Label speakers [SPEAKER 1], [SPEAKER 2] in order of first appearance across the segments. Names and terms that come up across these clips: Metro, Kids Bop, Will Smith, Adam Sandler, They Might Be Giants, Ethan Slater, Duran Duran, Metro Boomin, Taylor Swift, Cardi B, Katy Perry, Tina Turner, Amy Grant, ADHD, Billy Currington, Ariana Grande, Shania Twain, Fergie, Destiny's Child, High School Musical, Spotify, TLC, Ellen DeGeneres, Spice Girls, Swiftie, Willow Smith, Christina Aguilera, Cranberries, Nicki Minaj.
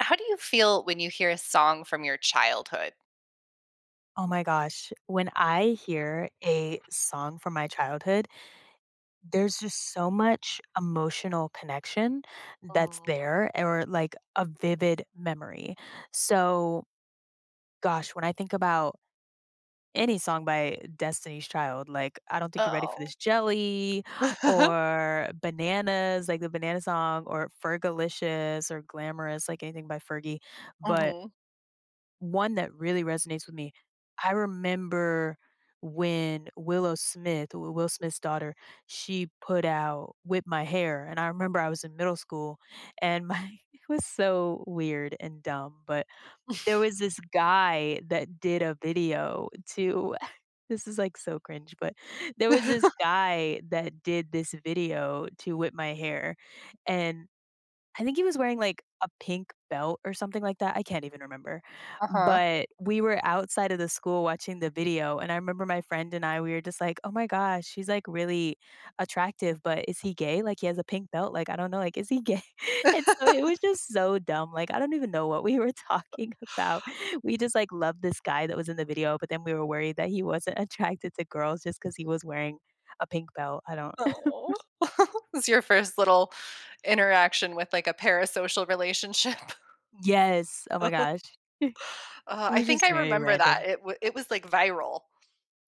[SPEAKER 1] How do you feel when you hear a song from your childhood?
[SPEAKER 2] Oh my gosh, when I hear a song from my childhood, there's just so much emotional connection that's
[SPEAKER 1] Mm.
[SPEAKER 2] there or like a vivid memory. So, gosh, when I think about any song by Destiny's Child, like I don't think you're ready for
[SPEAKER 1] Oh.
[SPEAKER 2] this jelly or bananas, like the banana song or Fergalicious or glamorous, like anything by Fergie. But
[SPEAKER 1] Mhm.
[SPEAKER 2] One that really resonates with me, I remember when Will Smith's daughter, she put out Whip My Hair, and I remember I was in middle school and my it was so weird and dumb, but there was this guy that did a video to this is, like, so cringe, but there was this guy that did this video to Whip My Hair, and I think he was wearing like a pink belt or something like that. I can't even remember.
[SPEAKER 1] Uh-huh.
[SPEAKER 2] But we were outside of the school watching the video. And I remember my friend and I, we were just like, oh my gosh, she's like really attractive, but is he gay? Like he has a pink belt. Like, I don't know. Like, is he gay? And so it was just so dumb. Like, I don't even know what we were talking about. We just like loved this guy that was in the video, but then we were worried that he wasn't attracted to girls just because he was wearing a pink belt. I don't.
[SPEAKER 1] Oh. It's your first little interaction with, like, a parasocial relationship.
[SPEAKER 2] Yes. Oh my gosh. It
[SPEAKER 1] I
[SPEAKER 2] was
[SPEAKER 1] think
[SPEAKER 2] just
[SPEAKER 1] I
[SPEAKER 2] very
[SPEAKER 1] remember that.
[SPEAKER 2] random.
[SPEAKER 1] It was, like, viral.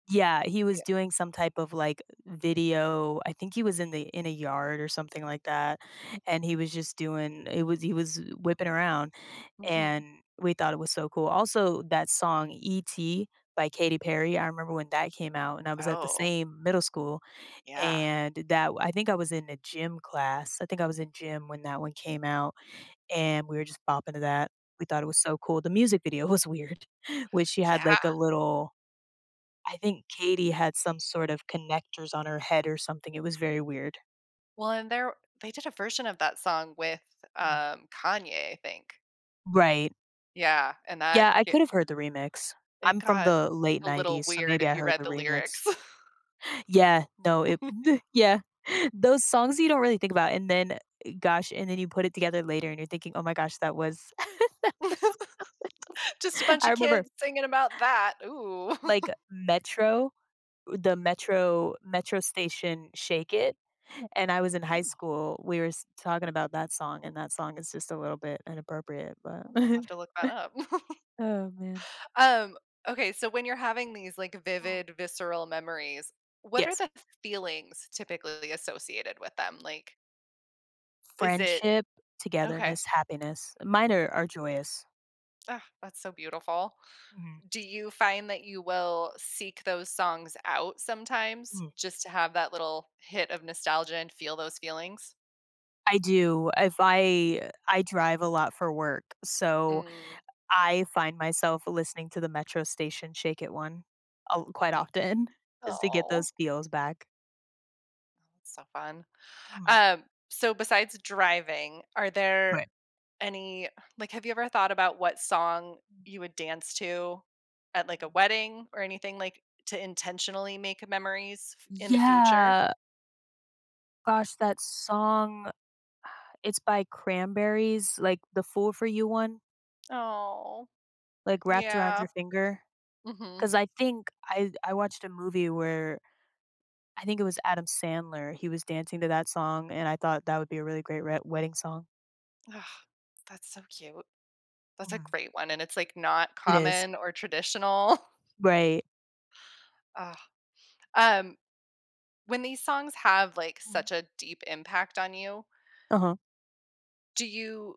[SPEAKER 2] Yeah, he was
[SPEAKER 1] Yeah.
[SPEAKER 2] doing some type of, like, video I think he was in a yard or something like that, and he was just doing it was he was whipping around,
[SPEAKER 1] Mhm.
[SPEAKER 2] and we thought it was so cool. Also, that song E.T. by Katy Perry, I remember when that came out, and I was at the
[SPEAKER 1] Oh,
[SPEAKER 2] same middle school,
[SPEAKER 1] yeah.
[SPEAKER 2] and that I think I was in a gym class. I think I was in gym when that one came out, and we were just bopping to that. We thought it was so cool. The music video was weird, which she
[SPEAKER 1] Yeah.
[SPEAKER 2] had, like, a little I think Katie had some sort of connectors on her head or something, it was very weird.
[SPEAKER 1] Well, and there they did a version of that song with,
[SPEAKER 2] Mm.
[SPEAKER 1] Kanye, I think.
[SPEAKER 2] Right.
[SPEAKER 1] Yeah, and that
[SPEAKER 2] Yeah, I
[SPEAKER 1] ge
[SPEAKER 2] could have heard the remix.
[SPEAKER 1] it
[SPEAKER 2] I'm from
[SPEAKER 1] got
[SPEAKER 2] the late
[SPEAKER 1] a little
[SPEAKER 2] '90s, so
[SPEAKER 1] weird
[SPEAKER 2] maybe
[SPEAKER 1] if
[SPEAKER 2] I
[SPEAKER 1] you
[SPEAKER 2] heard
[SPEAKER 1] read
[SPEAKER 2] the
[SPEAKER 1] the
[SPEAKER 2] remix.
[SPEAKER 1] lyrics.
[SPEAKER 2] Yeah, no, it yeah. Those songs you don't really think about, and then eh, gosh, and then you put it together later and you're thinking, "Oh my gosh, that was."
[SPEAKER 1] Just a bunch
[SPEAKER 2] I
[SPEAKER 1] of
[SPEAKER 2] remember,
[SPEAKER 1] kids singing about that. Ooh.
[SPEAKER 2] like, Metro the metro metro station Shake It, and I was in high school. We were s talking about that song, and that song is just a little bit inappropriate, but
[SPEAKER 1] I'll have to look that up.
[SPEAKER 2] Oh, man.
[SPEAKER 1] Um, okay, so when you're having these like
[SPEAKER 2] Mhm.
[SPEAKER 1] vivid, visceral memories, what are
[SPEAKER 2] Yes.
[SPEAKER 1] the feelings typically associated with them? Like, is it
[SPEAKER 2] Friendship,
[SPEAKER 1] okay?
[SPEAKER 2] togetherness, happiness. Mine are joyous.
[SPEAKER 1] Ah, that's so beautiful.
[SPEAKER 2] Mhm,
[SPEAKER 1] Do you find that you will seek those songs out sometimes
[SPEAKER 2] mhm.
[SPEAKER 1] just to have that little hit of nostalgia and feel those feelings?
[SPEAKER 2] I do. If I drive a lot for work, so
[SPEAKER 1] Mm.
[SPEAKER 2] I find myself listening to the metro station Shake It one, quite often. Just to get
[SPEAKER 1] Oh,
[SPEAKER 2] those feels back.
[SPEAKER 1] that's so fun.
[SPEAKER 2] Mhm.
[SPEAKER 1] Um, so besides driving, are there
[SPEAKER 2] But
[SPEAKER 1] any like have you ever thought about what song
[SPEAKER 2] Mm.
[SPEAKER 1] you would dance to at like a wedding or anything like to intentionally make memories in the future?
[SPEAKER 2] Yeah. Gosh, that song, it's by Cranberries, like, the "Fool for You" one,
[SPEAKER 1] Oh,
[SPEAKER 2] like, "Wrapped Around
[SPEAKER 1] yeah.
[SPEAKER 2] Your finger."
[SPEAKER 1] Mhm.
[SPEAKER 2] Because I think I watched a movie where I think it was Adam Sandler, he was dancing to that song, and I thought that would be a really great re wedding song.
[SPEAKER 1] Ugh, that's so cute. That's a
[SPEAKER 2] Mhm.
[SPEAKER 1] great one and it's like not
[SPEAKER 2] It is.
[SPEAKER 1] common or traditional.
[SPEAKER 2] Right.
[SPEAKER 1] Ugh. Um when these songs have like
[SPEAKER 2] uh
[SPEAKER 1] such a deep impact on you,
[SPEAKER 2] Uh-huh.
[SPEAKER 1] do you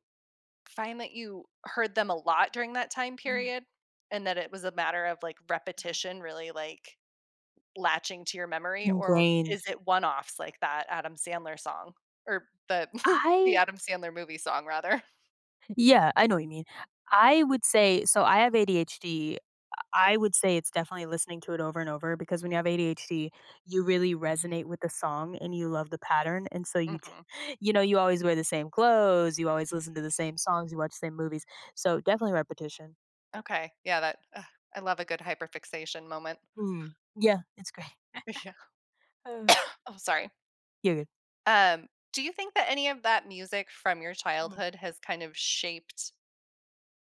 [SPEAKER 1] find that you heard them a lot during that time
[SPEAKER 2] Mhm.
[SPEAKER 1] period and that it was a matter of like
[SPEAKER 2] Mhm.
[SPEAKER 1] repetition really like latching to your memory or is
[SPEAKER 2] Ingrained.
[SPEAKER 1] it one-offs like that Adam Sandler song or the the
[SPEAKER 2] I
[SPEAKER 1] Adam Sandler movie song rather?
[SPEAKER 2] yeah, I know what you mean. I would say so I have ADHD. I would say it's definitely listening to it over and over because when you have ADHD, you really resonate with the song and you love the pattern. And so you, t-
[SPEAKER 1] Mhm.
[SPEAKER 2] you always wear the same clothes, you always listen to the same songs, you watch the same movies. So definitely repetition.
[SPEAKER 1] Okay. Yeah, that ugh, I love a good hyperfixation moment.
[SPEAKER 2] Mm. Yeah, it's great.
[SPEAKER 1] Yeah.
[SPEAKER 2] Uh,
[SPEAKER 1] Oh, sorry.
[SPEAKER 2] You're good.
[SPEAKER 1] Um, do you think that any of that music from your
[SPEAKER 2] Mm,
[SPEAKER 1] childhood has kind of shaped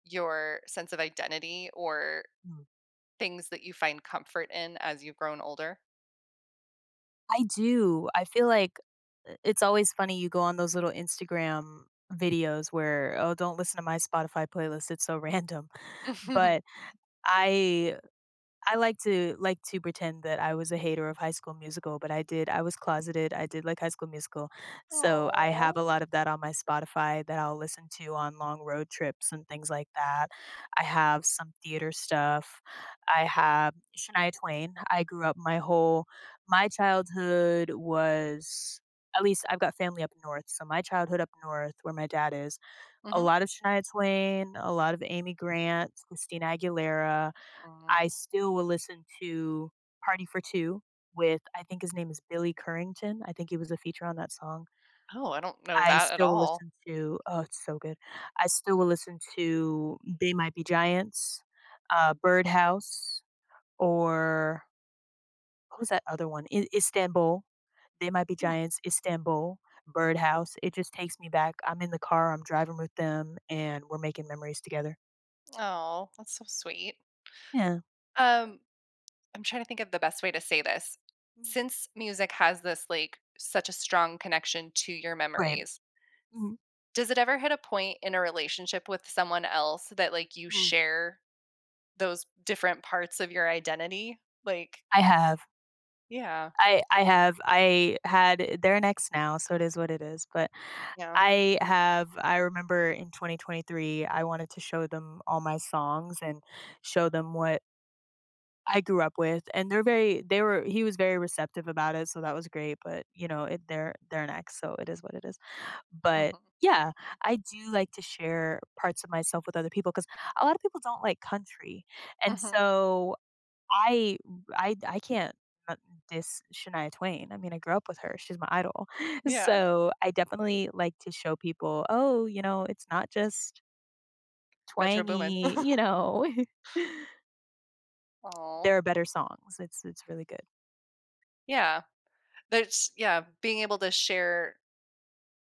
[SPEAKER 1] your sense of identity or
[SPEAKER 2] mm.
[SPEAKER 1] things that you find comfort in as you've grown older?
[SPEAKER 2] I do. I feel like it's always funny. You go on those little Instagram videos where, oh, don't listen to my Spotify playlist. It's so random. But I I like to pretend that I was a hater of High School Musical, but I did I was closeted, I did like High School Musical. So, I have
[SPEAKER 1] Oh.
[SPEAKER 2] a lot of that on my Spotify that I'll listen to on long road trips and things like that. I have some theater stuff. I have Shania Twain. I grew up my whole my childhood was at least I've got family up north, so my childhood up north where my dad is, a
[SPEAKER 1] Mhm.
[SPEAKER 2] lot of Shania Twain, a lot of Amy Grant, Christina Aguilera,
[SPEAKER 1] Mm.
[SPEAKER 2] I still will listen to Party for Two with I think his name is Billy Currington, I think he was a feature on that song.
[SPEAKER 1] Oh, I don't know
[SPEAKER 2] I
[SPEAKER 1] that at
[SPEAKER 2] still will
[SPEAKER 1] all.
[SPEAKER 2] listen to oh, it's so good. I still will listen to They Might Be Giants, Birdhouse, or what was that other one? I Istanbul. They Might Be
[SPEAKER 1] Hmm.
[SPEAKER 2] Giants, Istanbul, Birdhouse. It just takes me back. I'm in the car, I'm driving with them, and we're making memories together.
[SPEAKER 1] Aw, that's so sweet.
[SPEAKER 2] Yeah.
[SPEAKER 1] Um, I'm trying to think of the best way to say this.
[SPEAKER 2] Mhm.
[SPEAKER 1] Since music has this, like, such a strong connection to your
[SPEAKER 2] Right.
[SPEAKER 1] memories,
[SPEAKER 2] Mhm,
[SPEAKER 1] does it ever hit a point in a relationship with someone else that, like, you
[SPEAKER 2] mhm.
[SPEAKER 1] share those different parts of your identity? Like
[SPEAKER 2] I have.
[SPEAKER 1] yeah.
[SPEAKER 2] I have. I had they're next now, so it is what it is, but
[SPEAKER 1] Yeah.
[SPEAKER 2] I have I remember in 2023, I wanted to show them all my songs and show them what I grew up with, and they're very they were he was very receptive about it, so that was great, but, you know, it they're next so it is what it is. But,
[SPEAKER 1] Mhm.
[SPEAKER 2] yeah, I do like to share parts of myself with other people because a lot of people don't like country, and
[SPEAKER 1] Mhm.
[SPEAKER 2] so I I can't not diss Shania Twain. I mean, I grew up with her. She's my idol.
[SPEAKER 1] Yeah.
[SPEAKER 2] So I definitely like to show people, oh, you know, it's not just
[SPEAKER 1] Metro Boomin.
[SPEAKER 2] twangy, you know.
[SPEAKER 1] Oh,
[SPEAKER 2] There are better songs. It's really good.
[SPEAKER 1] yeah. There's yeah, being able to share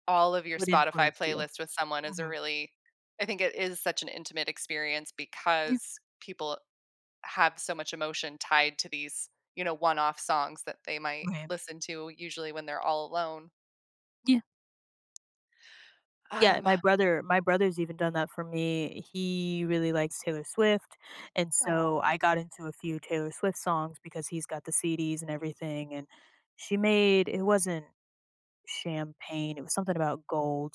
[SPEAKER 1] all of your
[SPEAKER 2] What
[SPEAKER 1] Spotify
[SPEAKER 2] influenced you?
[SPEAKER 1] playlist with someone is a
[SPEAKER 2] Hmm
[SPEAKER 1] really I think it is such an intimate experience
[SPEAKER 2] Yeah.
[SPEAKER 1] because people have so much emotion tied to these, you know, one-off songs that they might
[SPEAKER 2] Right.
[SPEAKER 1] listen to usually when they're all alone.
[SPEAKER 2] Yeah. Yeah.
[SPEAKER 1] Um,
[SPEAKER 2] My brother's even done that for me. He really likes Taylor Swift. And so
[SPEAKER 1] Oh.
[SPEAKER 2] I got into a few Taylor Swift songs because he's got the CDs and everything. And she made it wasn't champagne. It was something about gold.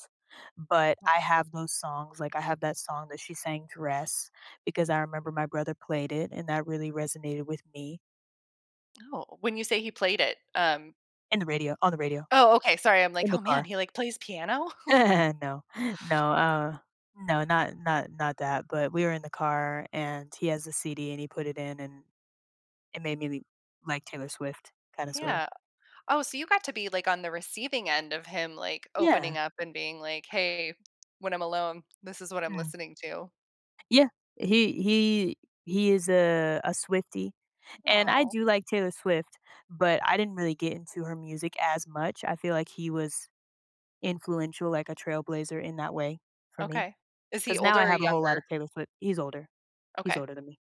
[SPEAKER 2] But I
[SPEAKER 1] oh,
[SPEAKER 2] have those songs. Like I have that song that she sang Dress because I remember my brother played it and that really resonated with me
[SPEAKER 1] oh, when you say he played it, um
[SPEAKER 2] on the radio,
[SPEAKER 1] oh, okay, sorry, I'm like,
[SPEAKER 2] in the
[SPEAKER 1] "Oh, man,
[SPEAKER 2] car.
[SPEAKER 1] he, like, plays piano?"
[SPEAKER 2] No. No, no, not that, but we were in the car and he has the CD and he put it in and it made me like Taylor Swift kind of sorta.
[SPEAKER 1] Yeah. Oh, so you got to be, like, on the receiving end of him, like,
[SPEAKER 2] Yeah.
[SPEAKER 1] opening up and being like, "Hey, when I'm alone, this is what I'm
[SPEAKER 2] Mm.
[SPEAKER 1] listening to."
[SPEAKER 2] Yeah, he he he is a Swiftie, and I
[SPEAKER 1] Oh.
[SPEAKER 2] do like Taylor Swift, but I didn't really get into her music as much. I feel like he was influential, like a trailblazer in that way for me.
[SPEAKER 1] Okay. Is he
[SPEAKER 2] Because now I
[SPEAKER 1] older or
[SPEAKER 2] have a whole lot
[SPEAKER 1] younger?
[SPEAKER 2] of Taylor Swift. He's older. He's
[SPEAKER 1] Okay.
[SPEAKER 2] older than me.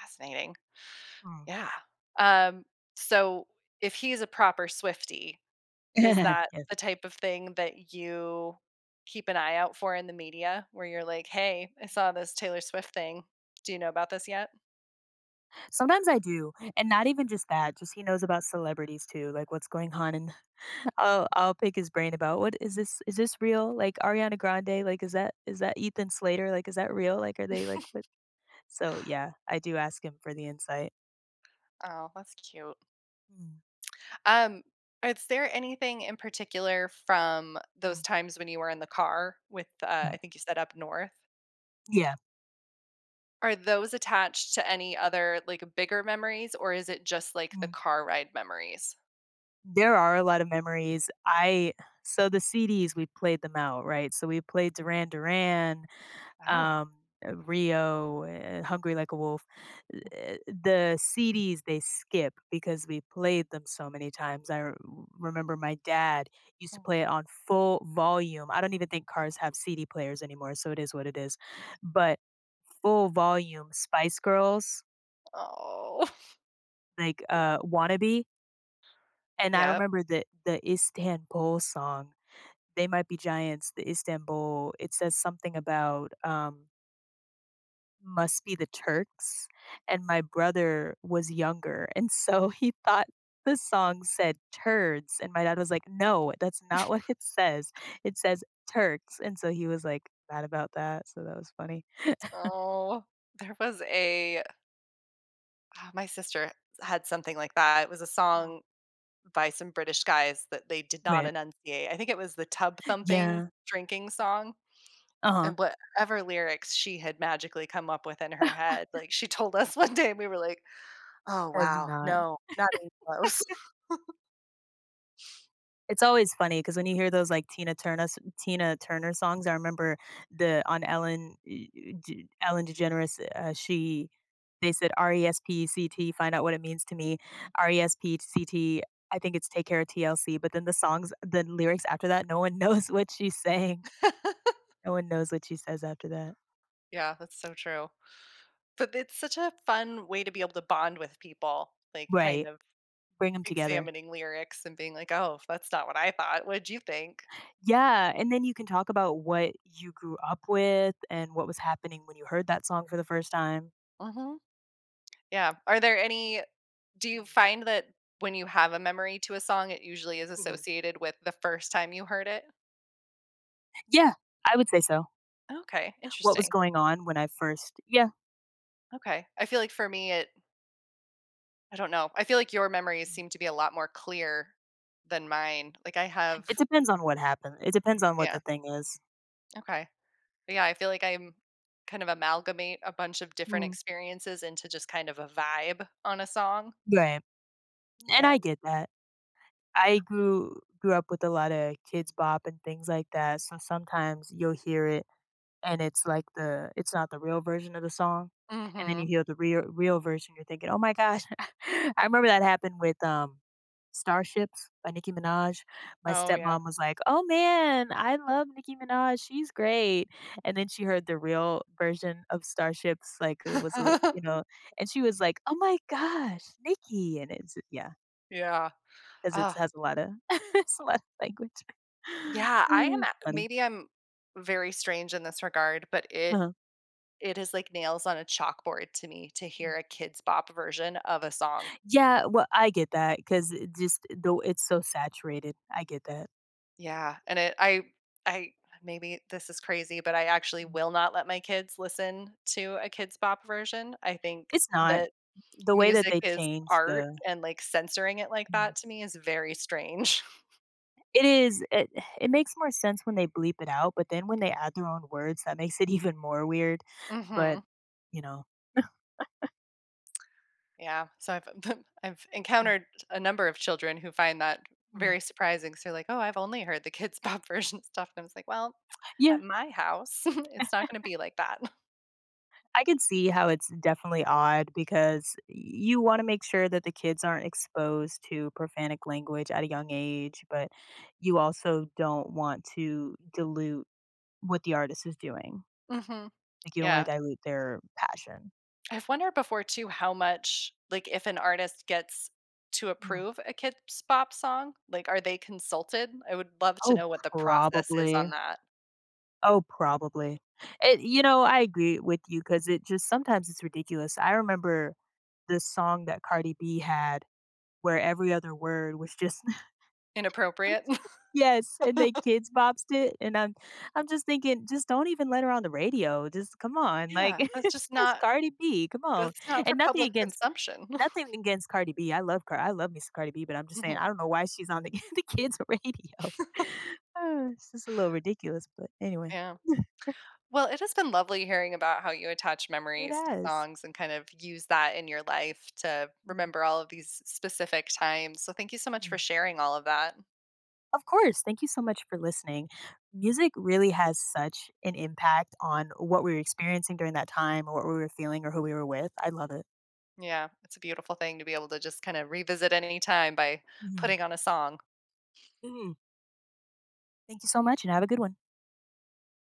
[SPEAKER 1] Fascinating.
[SPEAKER 2] Mm.
[SPEAKER 1] Yeah. Um, so if he's a proper Swiftie, is that
[SPEAKER 2] Yes.
[SPEAKER 1] the type of thing that you keep an eye out for in the media where you're like, hey, I saw this Taylor Swift thing. Do you know about this yet?
[SPEAKER 2] Sometimes I do, and not even just that. Just he knows about celebrities too, like what's going on, and I'll pick his brain about what is this? Is this real? Like Ariana Grande? Like is that Ethan Slater? Like is that real? Like are they like? So, yeah, I do ask him for the insight.
[SPEAKER 1] Oh, that's cute.
[SPEAKER 2] Mm,
[SPEAKER 1] Um, is there anything in particular from those
[SPEAKER 2] mm,
[SPEAKER 1] times when you were in the car with,
[SPEAKER 2] mm.
[SPEAKER 1] I think you said up north?
[SPEAKER 2] Yeah.
[SPEAKER 1] Are those attached to any other like bigger memories, or is it just like the
[SPEAKER 2] Mm.
[SPEAKER 1] car ride memories?
[SPEAKER 2] There are a lot of memories. I so the CDs, we played them out, right? So we played Duran Duran,
[SPEAKER 1] Oh.
[SPEAKER 2] um, Rio, Hungry Like a Wolf. The CDs they skip because we played them so many times. Remember my dad used to
[SPEAKER 1] Oh,
[SPEAKER 2] play it on full volume. I don't even think cars have CD players anymore, so it is what it is. But full volume, Spice Girls.
[SPEAKER 1] oh,
[SPEAKER 2] Like, "Wannabe," and I
[SPEAKER 1] yep.
[SPEAKER 2] remember the Istanbul song, They Might Be Giants, the Istanbul, it says something about, "Must be the Turks," and my brother was younger, and so he thought the song said "turds," and my dad was like, "No, that's not what it says Turks." And so he was, like, mad about that, so that was funny.
[SPEAKER 1] Oh, there was a ah, my sister had something like that. It was a
[SPEAKER 2] Mm,
[SPEAKER 1] song by some British guys that they did not
[SPEAKER 2] but
[SPEAKER 1] enunciate. I think it was the tub thumping
[SPEAKER 2] yeah,
[SPEAKER 1] drinking song.
[SPEAKER 2] uh-huh,
[SPEAKER 1] And whatever lyrics she had magically come up with in her head, like, she told us one day, and we were like, "Oh,
[SPEAKER 2] does
[SPEAKER 1] wow.
[SPEAKER 2] not.
[SPEAKER 1] No, not even close."
[SPEAKER 2] It's always funny because when you hear those, like, Tina Turner songs, I remember the on Ellen e e d Ellen DeGeneres, she they said RESPECT, find out what it means to me. RESPECT, I think it's take care of TLC, but then the lyrics after that, no one knows what she's saying. No one knows what she says after that.
[SPEAKER 1] Yeah, that's so true. But it's such a fun way to be able to bond with people, like, kind
[SPEAKER 2] Right.
[SPEAKER 1] of
[SPEAKER 2] Bring them together.
[SPEAKER 1] examining lyrics and being like, "Oh, that's not what I thought. What'd you think?"
[SPEAKER 2] Yeah, and then you can talk about what you grew up with and what was happening when you heard that song for the first time.
[SPEAKER 1] Mhm. Yeah. Are there any do you
[SPEAKER 2] Mhm.
[SPEAKER 1] find that when you have a memory to a song, it usually is
[SPEAKER 2] Mhm.
[SPEAKER 1] associated with the first time you heard it?
[SPEAKER 2] Yeah, I would say so.
[SPEAKER 1] Okay,
[SPEAKER 2] What was
[SPEAKER 1] interesting.
[SPEAKER 2] going on when I first yeah.
[SPEAKER 1] Okay. I feel like for me, it I don't know. I feel like your memories seem to be a lot more clear than mine. Like I have
[SPEAKER 2] It depends on what happened. It depends on what the
[SPEAKER 1] yeah,
[SPEAKER 2] thing is.
[SPEAKER 1] okay. But yeah, I feel like I'm kind of amalgamate a bunch of different
[SPEAKER 2] Mm,
[SPEAKER 1] experiences into just kind of a vibe on a song
[SPEAKER 2] right, and I
[SPEAKER 1] and
[SPEAKER 2] get that. I grew up with a lot of kids' Bop and things like that, so sometimes you'll hear it and it's not the real version of the song, and then
[SPEAKER 1] Mhm.
[SPEAKER 2] you hear the real real version, you're thinking, "Oh my gosh." I remember that happened with, Starships by Nicki Minaj. My
[SPEAKER 1] Oh yeah.
[SPEAKER 2] stepmom was like, "Oh man, I love Nicki Minaj, she's great," and then she heard the real version of Starships, like, it was a you know, and she was like, "Oh my gosh, Nicki," and it's yeah,
[SPEAKER 1] Yeah.
[SPEAKER 2] because it
[SPEAKER 1] Oh,
[SPEAKER 2] has a lotta it's a lot of language.
[SPEAKER 1] yeah, I am a
[SPEAKER 2] It's funny.
[SPEAKER 1] maybe I'm very strange in this regard, but
[SPEAKER 2] Uh-huh.
[SPEAKER 1] it is like nails on a chalkboard to me to hear a kids' Bop version of a song.
[SPEAKER 2] Yeah, well, I get that because just though it's so saturated. I get that.
[SPEAKER 1] Yeah, and it I maybe this is crazy, but I actually
[SPEAKER 2] Mm.
[SPEAKER 1] will not let my kids listen to a Kids Bop version. I think
[SPEAKER 2] It's not.
[SPEAKER 1] that
[SPEAKER 2] The way that
[SPEAKER 1] music
[SPEAKER 2] they
[SPEAKER 1] is
[SPEAKER 2] change
[SPEAKER 1] art
[SPEAKER 2] the
[SPEAKER 1] and, like, censoring it like
[SPEAKER 2] Mm.
[SPEAKER 1] that to me is very strange.
[SPEAKER 2] It is it it makes more sense when they bleep it out, but then when they add their own words, that makes it even more weird, but,
[SPEAKER 1] Mhm.
[SPEAKER 2] you know.
[SPEAKER 1] Yeah, so I've I've
[SPEAKER 2] Mm,
[SPEAKER 1] encountered a number of children who find that
[SPEAKER 2] mm.
[SPEAKER 1] very surprising, so they're like, "Oh, I've only heard the Kids Bop version of stuff," and I was like, "Well, at
[SPEAKER 2] Yeah,
[SPEAKER 1] my house, it's not gonna be like that."
[SPEAKER 2] I can see how it's definitely odd because you wanna make sure that the kids aren't exposed to profanic language at a young age, but you also don't want to dilute what the artist is doing.
[SPEAKER 1] Mhm.
[SPEAKER 2] Like, you don't wanna
[SPEAKER 1] Yeah.
[SPEAKER 2] dilute their passion.
[SPEAKER 1] I've wondered before too how much, like, if an artist gets to
[SPEAKER 2] Mm.
[SPEAKER 1] approve a kid's pop song, like, are they consulted? I would love to
[SPEAKER 2] Oh,
[SPEAKER 1] know what the process is
[SPEAKER 2] probably.
[SPEAKER 1] on that.
[SPEAKER 2] Oh, probably. It You know, I agree with you because it just sometimes it's ridiculous. I remember this song that Cardi B had where every other word was just
[SPEAKER 1] Inappropriate.
[SPEAKER 2] yes, and they kids bopsed it, and I'm just thinking, "Just don't even let her on the radio, just come on, like,
[SPEAKER 1] Yeah, that's just
[SPEAKER 2] it's just
[SPEAKER 1] not
[SPEAKER 2] Cardi B, come on."
[SPEAKER 1] that's not for
[SPEAKER 2] And
[SPEAKER 1] public consumption.
[SPEAKER 2] nothing against Cardi B, I love Car I love me some Cardi B, but I'm just saying, I
[SPEAKER 1] Mhm,
[SPEAKER 2] don't know why she's on the the kids' radio. It's just a little ridiculous, but anyway.
[SPEAKER 1] yeah. Well, it has been lovely hearing about how you attach
[SPEAKER 2] It
[SPEAKER 1] memories to
[SPEAKER 2] has.
[SPEAKER 1] songs and kind of use that in your life to
[SPEAKER 2] Mm,
[SPEAKER 1] remember all of these specific times. So thank you so much for
[SPEAKER 2] mhm.
[SPEAKER 1] sharing all of that.
[SPEAKER 2] Of course, thank you so much for listening. Music really has such an impact on what we were experiencing during that time or what we were feeling or who we were with, I love it.
[SPEAKER 1] Yeah, it's a beautiful thing to be able to just kinda revisit any time by
[SPEAKER 2] Mhm.
[SPEAKER 1] putting on a song.
[SPEAKER 2] Mhm. Thank you so much and have a good one.